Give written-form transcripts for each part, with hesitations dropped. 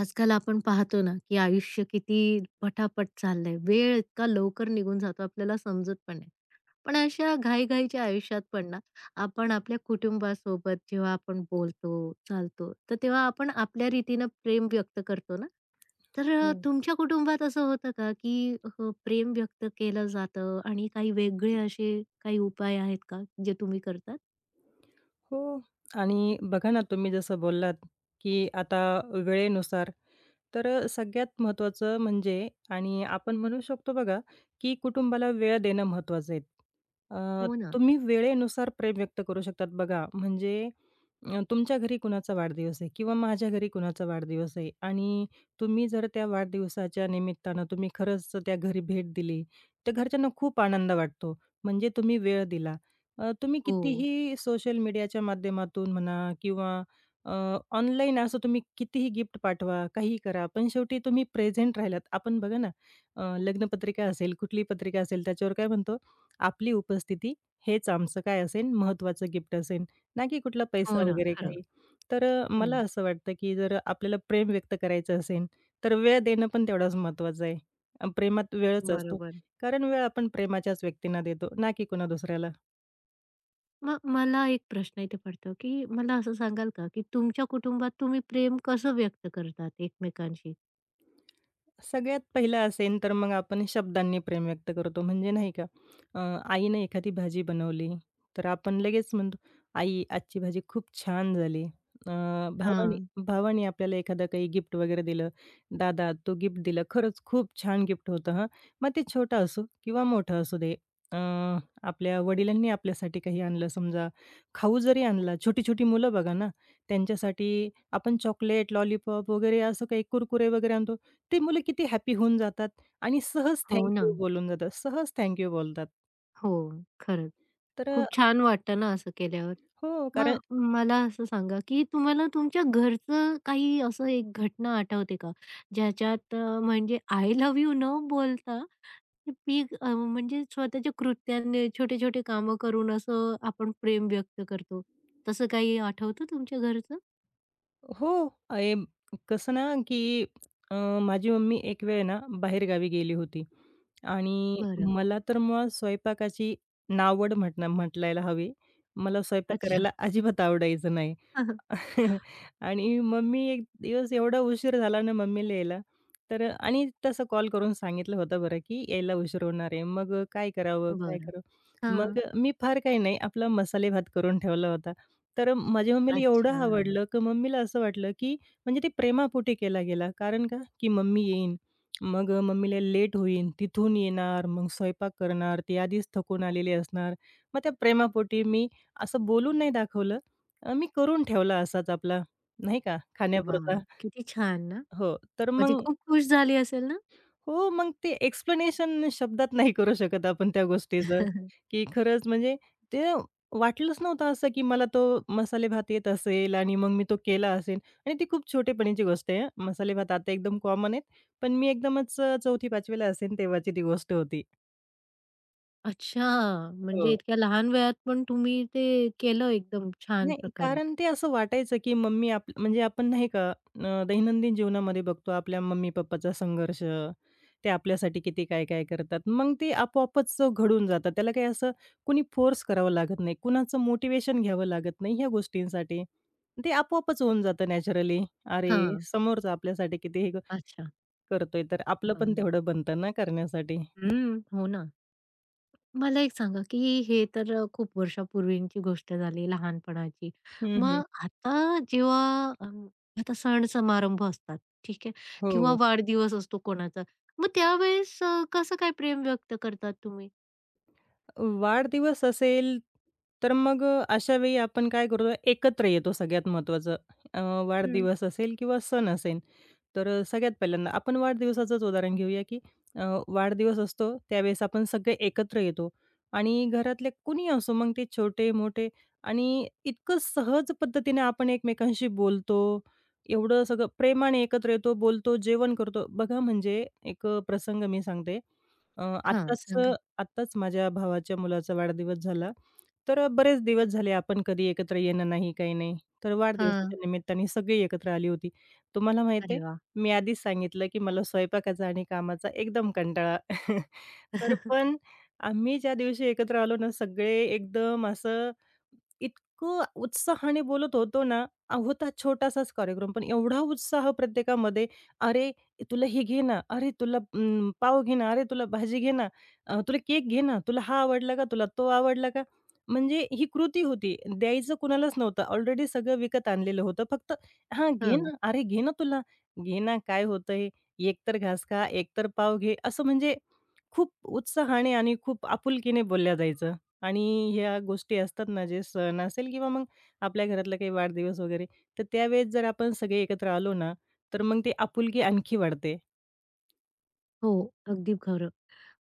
आजकाल आपण पाहतो ना, की आयुष्य किती पटापट चाललंय. वेळ इतका लवकर निघून जातो आपल्याला समजत पण नाही. पण अशा घाई-घाईच्या आयुष्यात पण ना, आपण आपल्या कुटुंबासोबत जेव्हा आपण बोलतो, चालतो, तर तेव्हा आपण आपल्या रीतीनं प्रेम व्यक्त करतो ना. तर हो, तुमच्या कुटुंबात असं होतं का, की प्रेम व्यक्त केलं जातं आणि काही वेगळे असे काही उपाय आहेत का, जे तुम्ही करतात? हो. आणि बघा ना, तुम्ही जसं बोललात, की आता वेळेनुसार तर सगळ्यात महत्त्वाचं म्हणजे आणि आपण म्हणू शकतो बघा, की कुटुंबाला वेळ देणं महत्त्वाचं आहे. अ, हो ना. तुम्ही वेळेनुसार प्रेम व्यक्त करू शकतात बघा. म्हणजे तुमच्या घरी कुणाचा वाढदिवस आहे किंवा माझ्या घरी कुणाचा वाढदिवस आहे आणि तुम्ही जर त्या वाढदिवसाच्या निमित्तानं तुम्ही खरंच त्या घरी भेट दिली, तर घरच्यांना खूप आनंद वाटतो. म्हणजे तुम्ही वेळ दिला. तुम्ही हो. कितीही सोशल मीडियाच्या माध्यमातून म्हणा किंवा ऑनलाईन असं तुम्ही कितीही गिफ्ट पाठवा, काहीही करा, पण शेवटी तुम्ही प्रेझेंट राहिलात. आपण बघा ना, लग्नपत्रिका असेल, कुठली पत्रिका असेल, त्याच्यावर काय म्हणतो, आपली उपस्थिती हेच आमचं काय असेल महत्त्वाचं गिफ्ट असेल, ना की कुठला हो पैसा ना. वगैरे खरं. काही. तर मला हं. असं वाटतं, की जर आपल्याला प्रेम व्यक्त करायचं असेल, तर वेळ देणं पण तेवढाच महत्त्वाचं आहे. प्रेमात वेळच असतो. बरोबर. कारण वेळ आपण प्रेमाच्याच व्यक्तींना देतो, ना की कुणा दुसऱ्याला. मग मला एक प्रश्न इथे पडतो, की मला असं सांगाल का, की तुमच्या कुटुंबात तुम्ही प्रेम कसं व्यक्त करतात एकमेकांशी? सगळ्यात पहिला असेल तर मग आपण शब्दांनी प्रेम व्यक्त करतो म्हणजे नाही का अ, आईने एखादी भाजी बनवली तर आपण लगेच म्हणतो आई आजची भाजी खूप छान झाली भावाने हां. भावाने आपल्याला एखादं काही गिफ्ट वगैरे दिलं दादा तो गिफ्ट दिलं खरंच खूप छान गिफ्ट होतं हां मग ते छोटा असो किंवा मोठं असू दे अ, आपल्या वडिलांनी आपल्यासाठी काही आणलं समजा खाऊ जरी आणला छोटी छोटी मुलं बघा ना त्यांच्यासाठी आपण चॉकलेट लॉलीपॉप वगैरे असं काही कुरकुरे वगैरे आणतो ते मुलं किती हॅपी होऊन जातात आणि सहज हो थँक ना. यू बोलून जातात. सहज थँक यू बोलतात. हो, खरंच. तर खूप छान वाटतं ना असं केल्यावर. हो, कारण मग मला असं सांगा, की तुम्हाला तुमच्या घरचं काही असं एक घटना आठवते का? ज्याच्यात म्हणजे आय लव्ह यू न बोलता ती म्हणजे स्वतःच्या कृत्यांनी छोटे-छोटे कामं करून असं आपण प्रेम व्यक्त करतो. तसं काही आठवतं तुमच्या घरचं? हो, ए कसं ना, की अ, माझी मम्मी एक वेळ ना बाहेरगावी गेली होती आणि बरं. मला तर मुळात स्वयंपाकाची नावड म्हटणं म्हटलायला हवी. मला स्वयंपाक अच्छा. करायला अजिबात आवडायचं नाही. हां, हां. आणि मम्मी एक दिवस एवढा उशीर झाला ना मम्मीला यायला, तर आणि तसं कॉल करून सांगितलं होतं बरं, की यायला उशीर होणार आहे. मग काय करावं, काय बरं. करावं? मग हां. मी फार काही नाही, आपला मसाले भात करून ठेवला होता. तर माझ्या मम्मीला अच्छा. एवढं आवडलं, की मम्मीला असं वाटलं, की म्हणजे ते प्रेमापोटी केला गेला. कारण का, की मम्मी येईन, मग मम्मीला लेट होईन, तिथून येणार, मग स्वयंपाक करणार, ती आधीच थकून आलेली असणार. मग त्या प्रेमापोटी मी असं बोलून नाही दाखवलं. मी करून ठेवला असाच आपला, नाही का, वाह! खाण्यापुरता. किती छान ना? हो, तर मग ती मग खूप खुश झाली असेल ना? हो, मग ते एक्सप्लेनेशन शब्दात नाही करू शकत आपण त्या गोष्टीचं, की खरंच म्हणजे ते वाटलंच नव्हतं असं, की मला तो मसाले भात येत असेल आणि मग मी तो केला असेल आणि ती खूप छोटेपणीची गोष्ट आहे. हं. मसाले भात आता एकदम कॉमन आहेत. पण मी एकदमच 4थी 5वी ला तेव्हाची ती गोष्ट होती. अच्छा. म्हणजे हो. इतक्या लहान वयात पण तुम्ही ते केलं एकदम छान नाही, प्रकारे. कारण ते असं वाटायचं, की मम्मी आप म्हणजे आपण नाही का दैनंदिन जीवनामध्ये बघतो आपल्या मम्मी-पप्पाचा संघर्ष, ते आपल्यासाठी किती काय-काय करतात. मग ते आपोआपच घडून जातात. त्याला काही असं कुणी फोर्स करावं लागत नाही, कुणाचं मोटिवेशन घ्यावं लागत नाही ह्या गोष्टींसाठी. ते आपोआपच होऊन जातं नॅचरली. अरे, हां. समोरचा आपल्यासाठी किती अच्छा. करतोय, तर आपलं पण बरं. तेवढं बनतं ना करण्यासाठी. हं. हो ना. मला एक सांगा, की हे तर खूप वर्षापूर्वीची गोष्ट झाली लहानपणाची. हं. मग आता जेव्हा आता सण समारंभ असतात, ठीक आहे? हो. किंवा वाढदिवस असतो कोणाचा. मग त्यावेळेस कसं काय प्रेम व्यक्त करतात तुम्ही? वाढदिवस असेल, तर मग अशा वेळी आपण काय करतो, एकत्र येतो सगळ्यात महत्त्वाचं. अ, वाढदिवस असेल किंवा सण असेल. तर सगळ्यात पहिल्यांदा आपण वाढदिवसाचंच उदाहरण घेऊया, की अ, वाढदिवस असतो त्यावेळेस आपण सगळे एकत्र येतो आणि घरातले कुणी असो मग ते छोटे-मोठे आणि इतकं सहज पद्धतीने आपण एकमेकांशी बोलतो. एवढं सगळं प्रेमाने एकत्र येतो, बोलतो, जेवण करतो. बघा म्हणजे एक प्रसंग मी सांगते. हां, आत्ताच सांगा. आत्ताच माझ्या भावाच्या मुलाचा वाढदिवस झाला. तर बरेच दिवस झाले आपण कधी एकत्र येणं नाही, काही नाही. तर हां. वाढदिवसाच्या निमित्ताने सगळी एकत्र आली होती. तुम्हाला माहिती अरे वाह! मी आधीच सांगितलं, की मला स्वयंपाकाचा आणि कामाचा एकदम कंटाळा. तर पण आम्ही ज्या दिवशी एकत्र आलो ना, सगळे एकदम असं इतकं उत्साहाने बोलत होतो ना, होता छोटासाच कार्यक्रम, पण एवढा उत्साह प्रत्येकामध्ये, "अरे, तुला हे घे ना, अरे तुला पाव घे ना, अरे तुला भाजी घे ना, तुला केक घे ना, तुला हा आवडला का, तुला तो आवडला का?" म्हणजे ही कृती होती. द्यायचं कुणालाच नव्हतं. ऑलरेडी सगळं विकत आणलेलं होतं. फक्त "हां, घे ना, हां, अरे घे ना तुला, घे ना, काय होतंय, एक घास खा, एक पाव घे." असं म्हणजे खूप उत्साहाने आणि खूप आपुलकीने बोलल्या जायचं. आणि ह्या गोष्टी असतात ना, जे सण असेल किंवा मग आपल्या घरातला काही वाढदिवस वगैरे, तर त्यावेळेस जर आपण सगळे एकत्र आलो ना, तर मग ती आपुलकी आणखी वाढते. हो, अगदी खरं.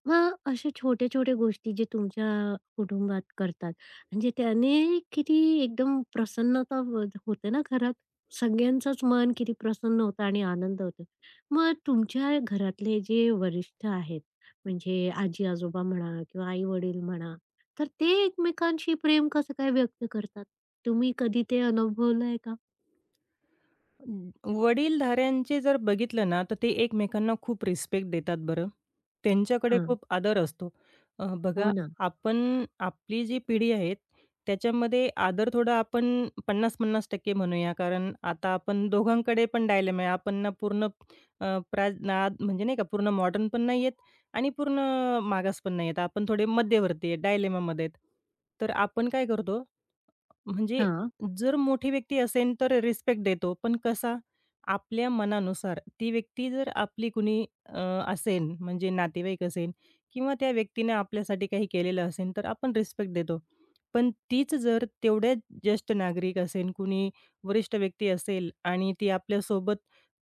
मग अशा छोट्या-छोट्या गोष्टी जे तुमच्या कुटुंबात करतात, म्हणजे त्याने किती एकदम प्रसन्नता व होते ना घरात. सगळ्यांचंच मन किती प्रसन्न होतं आणि आनंद होतो. मग तुमच्या घरातले जे वरिष्ठ आहेत, म्हणजे आजी-आजोबा म्हणा किंवा आई-वडील म्हणा, तर ते एकमेकांशी प्रेम कसं काय व्यक्त करतात? तुम्ही कधी ते अनुभवलंय का? वडीलधाऱ्यांचे जर बघितलं ना, तर ते एकमेकांना खूप रिस्पेक्ट देतात बरं. त्यांच्याकडे हां. खूप आदर असतो. बघा हो ना. आपण आपली जी पिढी आहे त्याच्यामध्ये आदर थोडा आपण 50 टक्के म्हणूया. कारण आता आपण दोघांकडे पण डायलेमा आहे. आपण ना पूर्ण अ, प्रा नाद म्हणजे नाही का पूर्ण मॉडर्न पण नाही आहेत आणि पूर्ण मागास पण नाही आहेत. आपण थोडे मध्यवर्ती आहे, डायलेमामध्ये आहेत. तर आपण काय करतो म्हणजे हां. जर मोठी व्यक्ती असेल तर रिस्पेक्ट देतो. पण कसा? आपल्या मनानुसार. ती व्यक्ती जर आपली कुणी असेल म्हणजे नातेवाईक असेल किंवा त्या व्यक्तीने आपल्यासाठी काही केलेलं असेल तर आपण रिस्पेक्ट देतो. पण तीच जर तेवढ्याच ज्येष्ठ नागरिक असेल, कुणी वरिष्ठ व्यक्ती असेल आणि ती आपल्यासोबत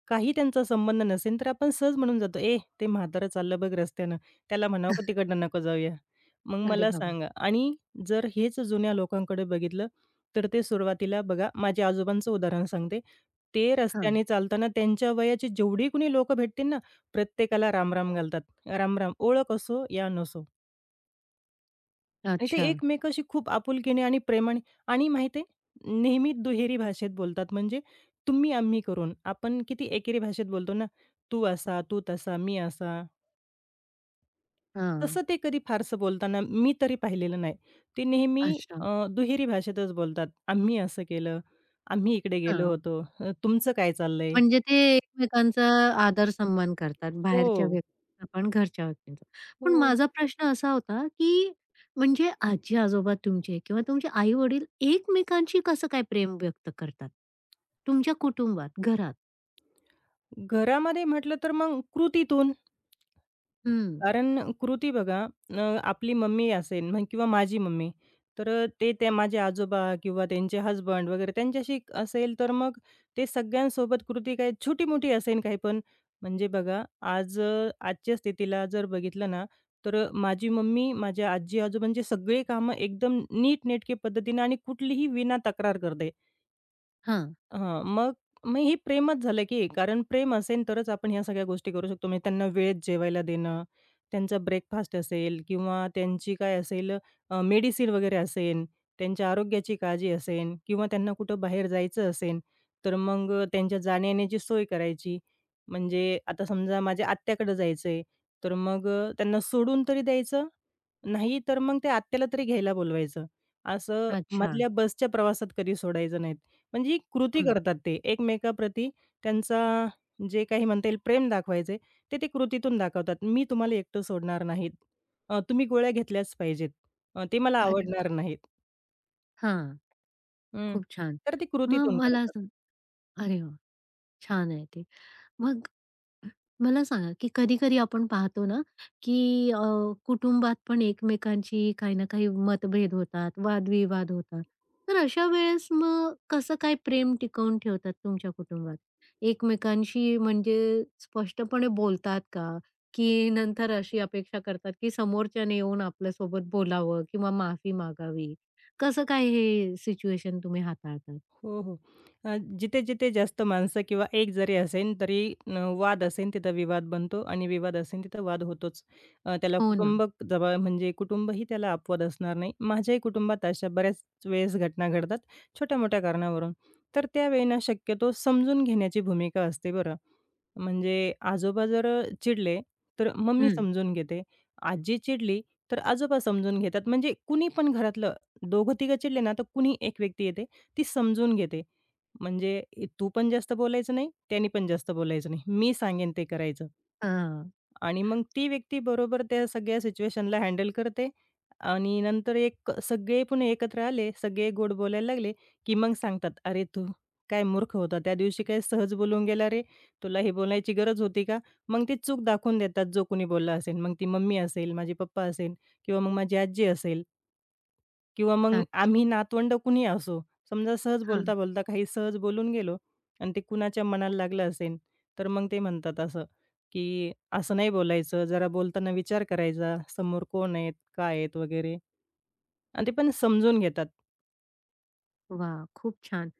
काही त्यांचा संबंध नसेल तर आपण सहज म्हणून जातो, "ए, ते म्हातारं चाललं बघ रस्त्यानं. त्याला म्हणावं का तिकडनं नको जाऊया." मग अरे मला बाबा! सांगा आणि जर हेच जुन्या लोकांकडे बघितलं तर ते सुरुवातीला बघा, माझ्या आजोबांचं उदाहरण सांगते. ते रस्त्याने चालताना त्यांच्या वयाची जेवढी कुणी लोकं भेटतील ना, प्रत्येकाला राम-राम घालतात. राम ओळख असो या नसो. आणि ते अच्छा. एकमेकाशी खूप आपुलकीने आणि प्रेमाने आणि माहिती आहे, नेहमी दुहेरी भाषेत बोलतात. म्हणजे तुम्ही-आम्ही करून. आपण किती एकेरी भाषेत बोलतो ना, तू असा, तू तसा, मी असा. हां. तसं ते कधी फारसं बोलताना मी तरी पाहिलेलं नाही. ते नेहमी अच्छा. दुहेरी भाषेतच बोलतात. आम्ही असं केलं, आम्ही इकडे गेलो हां. होतो, तुमचं काय चाललंय? म्हणजे ते एकमेकांचा आदर सन्मान करतात, बाहेरच्या हो, व्यक्तींचा पण, घरच्या व्यक्तींचा. पण हो. माझा प्रश्न असा होता, की म्हणजे आजी-आजोबा तुमचे किंवा तुमचे आई-वडील एकमेकांशी कसं काय प्रेम व्यक्त करतात? तुमच्या कुटुंबात, घरात? घरामध्ये म्हटलं तर मग कृतीतून. हं. कारण कृती बघा आपली मम्मी असेल म्हण किंवा माझी मम्मी, तर ते त्या माझे आजोबा किंवा त्यांचे हसबंड वगैरे त्यांच्याशी असेल, तर मग ते सगळ्यांसोबत कृती काही छोटी-मोठी असेल काही पण. म्हणजे बघा आज आजच्या स्थितीला जर बघितलं ना, तर माझी मम्मी माझ्या आजी-आजोबांची सगळी कामं एकदम नीटनेटके पद्धतीने आणि कुठलीही विना तक्रार करते. हां. हां, मग मग हे प्रेमच झालं की कारण प्रेम असेल तरच आपण ह्या सगळ्या गोष्टी करू शकतो. म्हणजे त्यांना वेळेत जेवायला देणं, त्यांचा ब्रेकफास्ट असेल किंवा त्यांची काय असेल मेडिसिन वगैरे असेल, त्यांच्या आरोग्याची काळजी असेल किंवा त्यांना कुठं बाहेर जायचं असेल, तर मग त्यांच्या जाण्यायेण्याची सोय करायची. म्हणजे आता समजा माझ्या आत्याकडे जायचं आहे, तर मग त्यांना सोडून तरी द्यायचं, नाही तर मग त्या आत्याला तरी घ्यायला बोलवायचं. असं अच्छा. मधल्या बसच्या प्रवासात कधी सोडायचं नाही. म्हणजे ही कृती हं. करतात ते एकमेकाप्रती त्यांचा जे काही म्हणता येईल प्रेम दाखवायचे ते ते कृतीतून दाखवतात. "मी तुम्हाला एकटं सोडणार नाहीत. तुम्ही गोळ्या घेतल्याच पाहिजेत. ते मला अरे आवडणार वाह! नाहीत." हां. हं. खूप छान. तर ते मग कृतीतून मला करतात. असं अरे वाह! छान आहे ते. मग मला सांगा, की कधी-कधी आपण पाहतो ना, की कुटुंबात पण एकमेकांची काही ना काही मतभेद होतात, वादविवाद होतात. तर अशा वेळेस मग कसं काय प्रेम टिकवून ठेवतात तुमच्या कुटुंबात? एकमेकांशी म्हणजे स्पष्टपणे बोलतात का? की नंतर अशी अपेक्षा करतात, की समोरच्याने येऊन आपल्यासोबत बोलावं किंवा माफी मागावी? कसं काय हे सिच्युएशन तुम्ही हाताळतात? हो, हो. जिथे-जिथे जास्त माणसं किंवा एक जरी असेन, तरी न वाद असेन तिथं विवाद बनतो आणि विवाद असेन तिथं वाद होतोच. त्याला हो ना. कुटुंब जवळ म्हणजे कुटुंबही त्याला अपवाद असणार नाही. माझ्याही कुटुंबात अशा बऱ्याच वेळेस घटना घडतात, छोट्या-मोठ्या कारणावरून. तर त्यावेळी ना शक्यतो समजून घेण्याची भूमिका असते बरं. म्हणजे आजोबा जर चिडले, तर मम्मी हं. समजून घेते. आजी चिडली, तर आजोबा समजून घेतात. म्हणजे कुणी पण घरातलं दोघं-तिघं चिडले ना, तर कुणी एक व्यक्ती येते. ती समजून घेते. म्हणजे ए तू पण जास्त बोलायचं नाही, त्यानी पण जास्त बोलायचं नाही. मी सांगेन ते करायचं हां. आणि मग ती व्यक्ती बरोबर त्या सगळ्या सिच्युएशनला हँडल करते आणि नंतर एक सगळे पुन्हा एकत्र आले, सगळे गोड बोलायला लागले, की मग सांगतात, "अरे तू काय मूर्ख होता, त्या दिवशी काय सहज बोलून गेला रे, तुला हे बोलायची गरज होती का?" मग ती चूक दाखवून देतात जो कोणी बोलला असेल. मग ती मम्मी असेल, माझे पप्पा असेल किंवा मग माझी आजी असेल. किंवा मग अच्छा. आम्ही नातवंड कुणी असो, समजा सहज बोलता-बोलता काही सहज बोलून गेलो आणि ते कुणाच्या मनाला लागलं असेल, तर मग ते म्हणतात असं, की "असं नाही बोलायचं, जरा बोलताना विचार करायचा, समोर कोण आहेत, काय आहेत?" वगैरे आणि ते पण समजून घेतात. वा, खूप छान.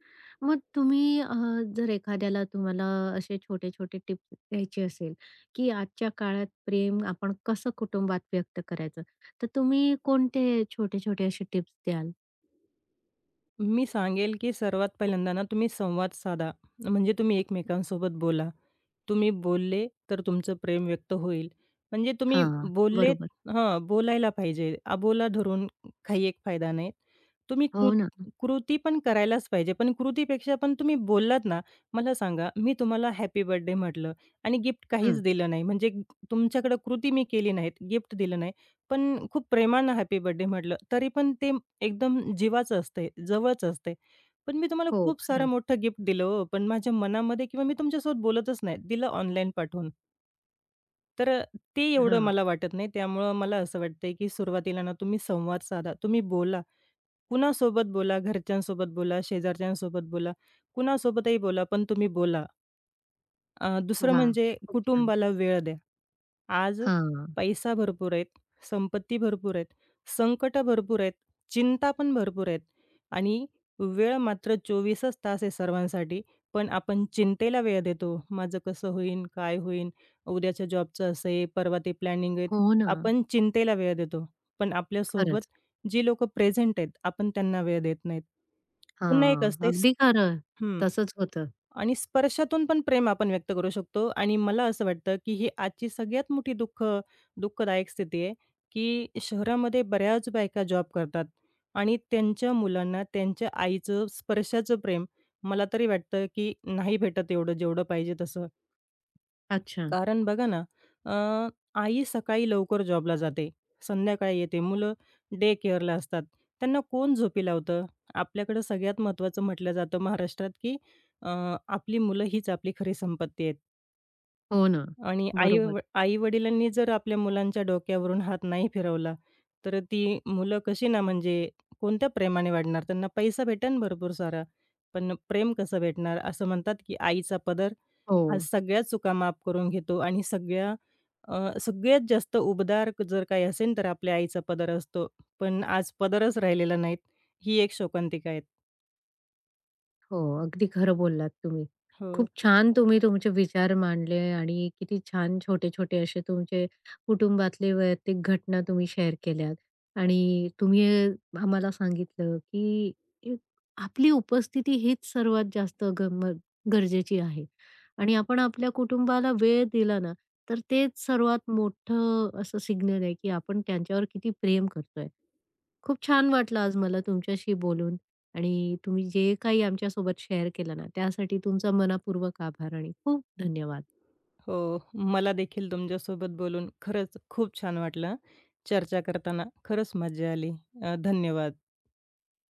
मग तुम्ही जर एखाद्याला तुम्हाला असे छोटे-छोटे टिप्स द्यायचे असेल, की आजच्या काळात प्रेम आपण कसं कुटुंबात व्यक्त करायचं, तर तुम्ही कोणते छोटे-छोटे असे टिप्स द्याल? मी सांगेल, की सर्वात पहिल्यांदा ना तुम्ही संवाद साधा, म्हणजे तुम्ही एकमेकांसोबत बोला. तुम्ही बोलले, तर तुमचं प्रेम व्यक्त होईल. म्हणजे तुम्ही हां. बोलले, बरोबर. हां, बोलायला पाहिजे. अबोला धरून काही एक फायदा नाही. तुम्ही हो कृत ना. कृती पण करायलाच पाहिजे. पण कृतीपेक्षा पण तुम्ही बोललात ना, मला सांगा, मी तुम्हाला हॅपी बर्थडे म्हटलं आणि गिफ्ट हं. काहीच दिलं नाही. म्हणजे तुमच्याकडं कृती मी केली नाहीत, गिफ्ट दिलं नाही. पण खूप प्रेमानं हॅपी बर्थडे म्हटलं, तरी पण ते एकदम जीवाचं असतंय, जवळचं असतंय. पण मी तुम्हाला हो, खूप सारं खरं. मोठं गिफ्ट दिलं हो, पण माझ्या मनामध्ये किंवा मी तुमच्यासोबत बोलतच नाही. दिलं ऑनलाईन पाठवून. तर ते एवढं हां. मला वाटत नाही. त्यामुळं मला असं वाटतंय, की सुरुवातीला ना तुम्ही संवाद साधा. तुम्ही बोला. कुणासोबत बोला, घरच्यांसोबत बोला, शेजारच्यांसोबत बोला, कुणासोबतही बोला, पण तुम्ही बोला. दुसरं वाह! म्हणजे खूप छान. कुटुंबाला वेळ द्या. आज हां. पैसा भरपूर आहेत, संपत्ती भरपूर आहेत, संकटं भरपूर आहेत, चिंता पण भरपूर आहेत आणि वेळ मात्र 24च तास आहे सर्वांसाठी. पण आपण चिंतेला वेळ देतो. माझं कसं होईन? काय होईन? उद्याच्या जॉबचं असं आहे, परवा ते प्लॅनिंग आहेत. हो ना. आपण चिंतेला वेळ देतो. पण आपल्यासोबत खरंच. जी लोकं प्रेझेंट आहेत, आपण त्यांना वेळ देत नाहीत. पुन्हा एक हां. असते अगदी खरं. तसंच होतं. आणि स्पर्शातून पण प्रेम आपण व्यक्त करू शकतो आणि मला असं वाटतं, की ही आजची सगळ्यात मोठी दुःखदायक स्थिती आहे, की शहरामध्ये बऱ्याच बायका जॉब करतात आणि त्यांच्या मुलांना त्यांच्या आईचं स्पर्शाचं प्रेम मला तरी वाटतं, की नाही भेटत एवढं जेवढं पाहिजे तसं. अच्छा. कारण बघा ना, अ, आई सकाळी लवकर जॉबला जाते, संध्याकाळी येते, मुलं डे केअरला असतात. त्यांना कोण झोपी लावतं? आपल्याकडं सगळ्यात महत्त्वाचं म्हटलं जातं महाराष्ट्रात, की अ, आपली मुलं हीच आपली खरी संपत्ती आहेत हो ना. आणि आई बरोबर. व आई-वडिलांनी जर आपल्या मुलांच्या डोक्यावरून हात नाही फिरवला, तर ती मुलं कशी ना म्हणजे कोणत्या प्रेमाने वाढणार? त्यांना पैसा भेटेन भरपूर सारा, पण प्रेम कसं भेटणार? असं म्हणतात, की आईचा पदर हो. आज सगळ्या चुका माफ करून घेतो आणि सगळ्या अ, सगळ्यात जास्त उबदार क- जर काही असेल तर आपल्या आईचा पदर असतो. पण आज पदरच राहिलेला नाहीत. ही एक शोकांतिका आहे. हो, अगदी खरं बोललात तुम्ही. हो, खूप छान तुम्ही तुमचे विचार मांडले आणि किती छान छोटे-छोटे असे तुमचे कुटुंबातले वैयक्तिक घटना तुम्ही शेअर केल्यात आणि तुम्ही आम्हाला सांगितलं, की एक आपली उपस्थिती हीच सर्वात जास्त गम गरजेची आहे आणि आपण आपल्या कुटुंबाला वेळ दिला ना, तर तेच सर्वात मोठं असं सिग्नल आहे, की आपण त्यांच्यावर किती प्रेम करतोय. खूप छान वाटलं आज मला तुमच्याशी बोलून आणि तुम्ही जे काही आमच्यासोबत शेअर केलं ना त्यासाठी तुमचा मनापूर्वक आभार आणि खूप धन्यवाद. हो. मला देखील तुमच्यासोबत बोलून खरंच खूप छान वाटलं. चर्चा करताना खरंच मज्जा आली. धन्यवाद.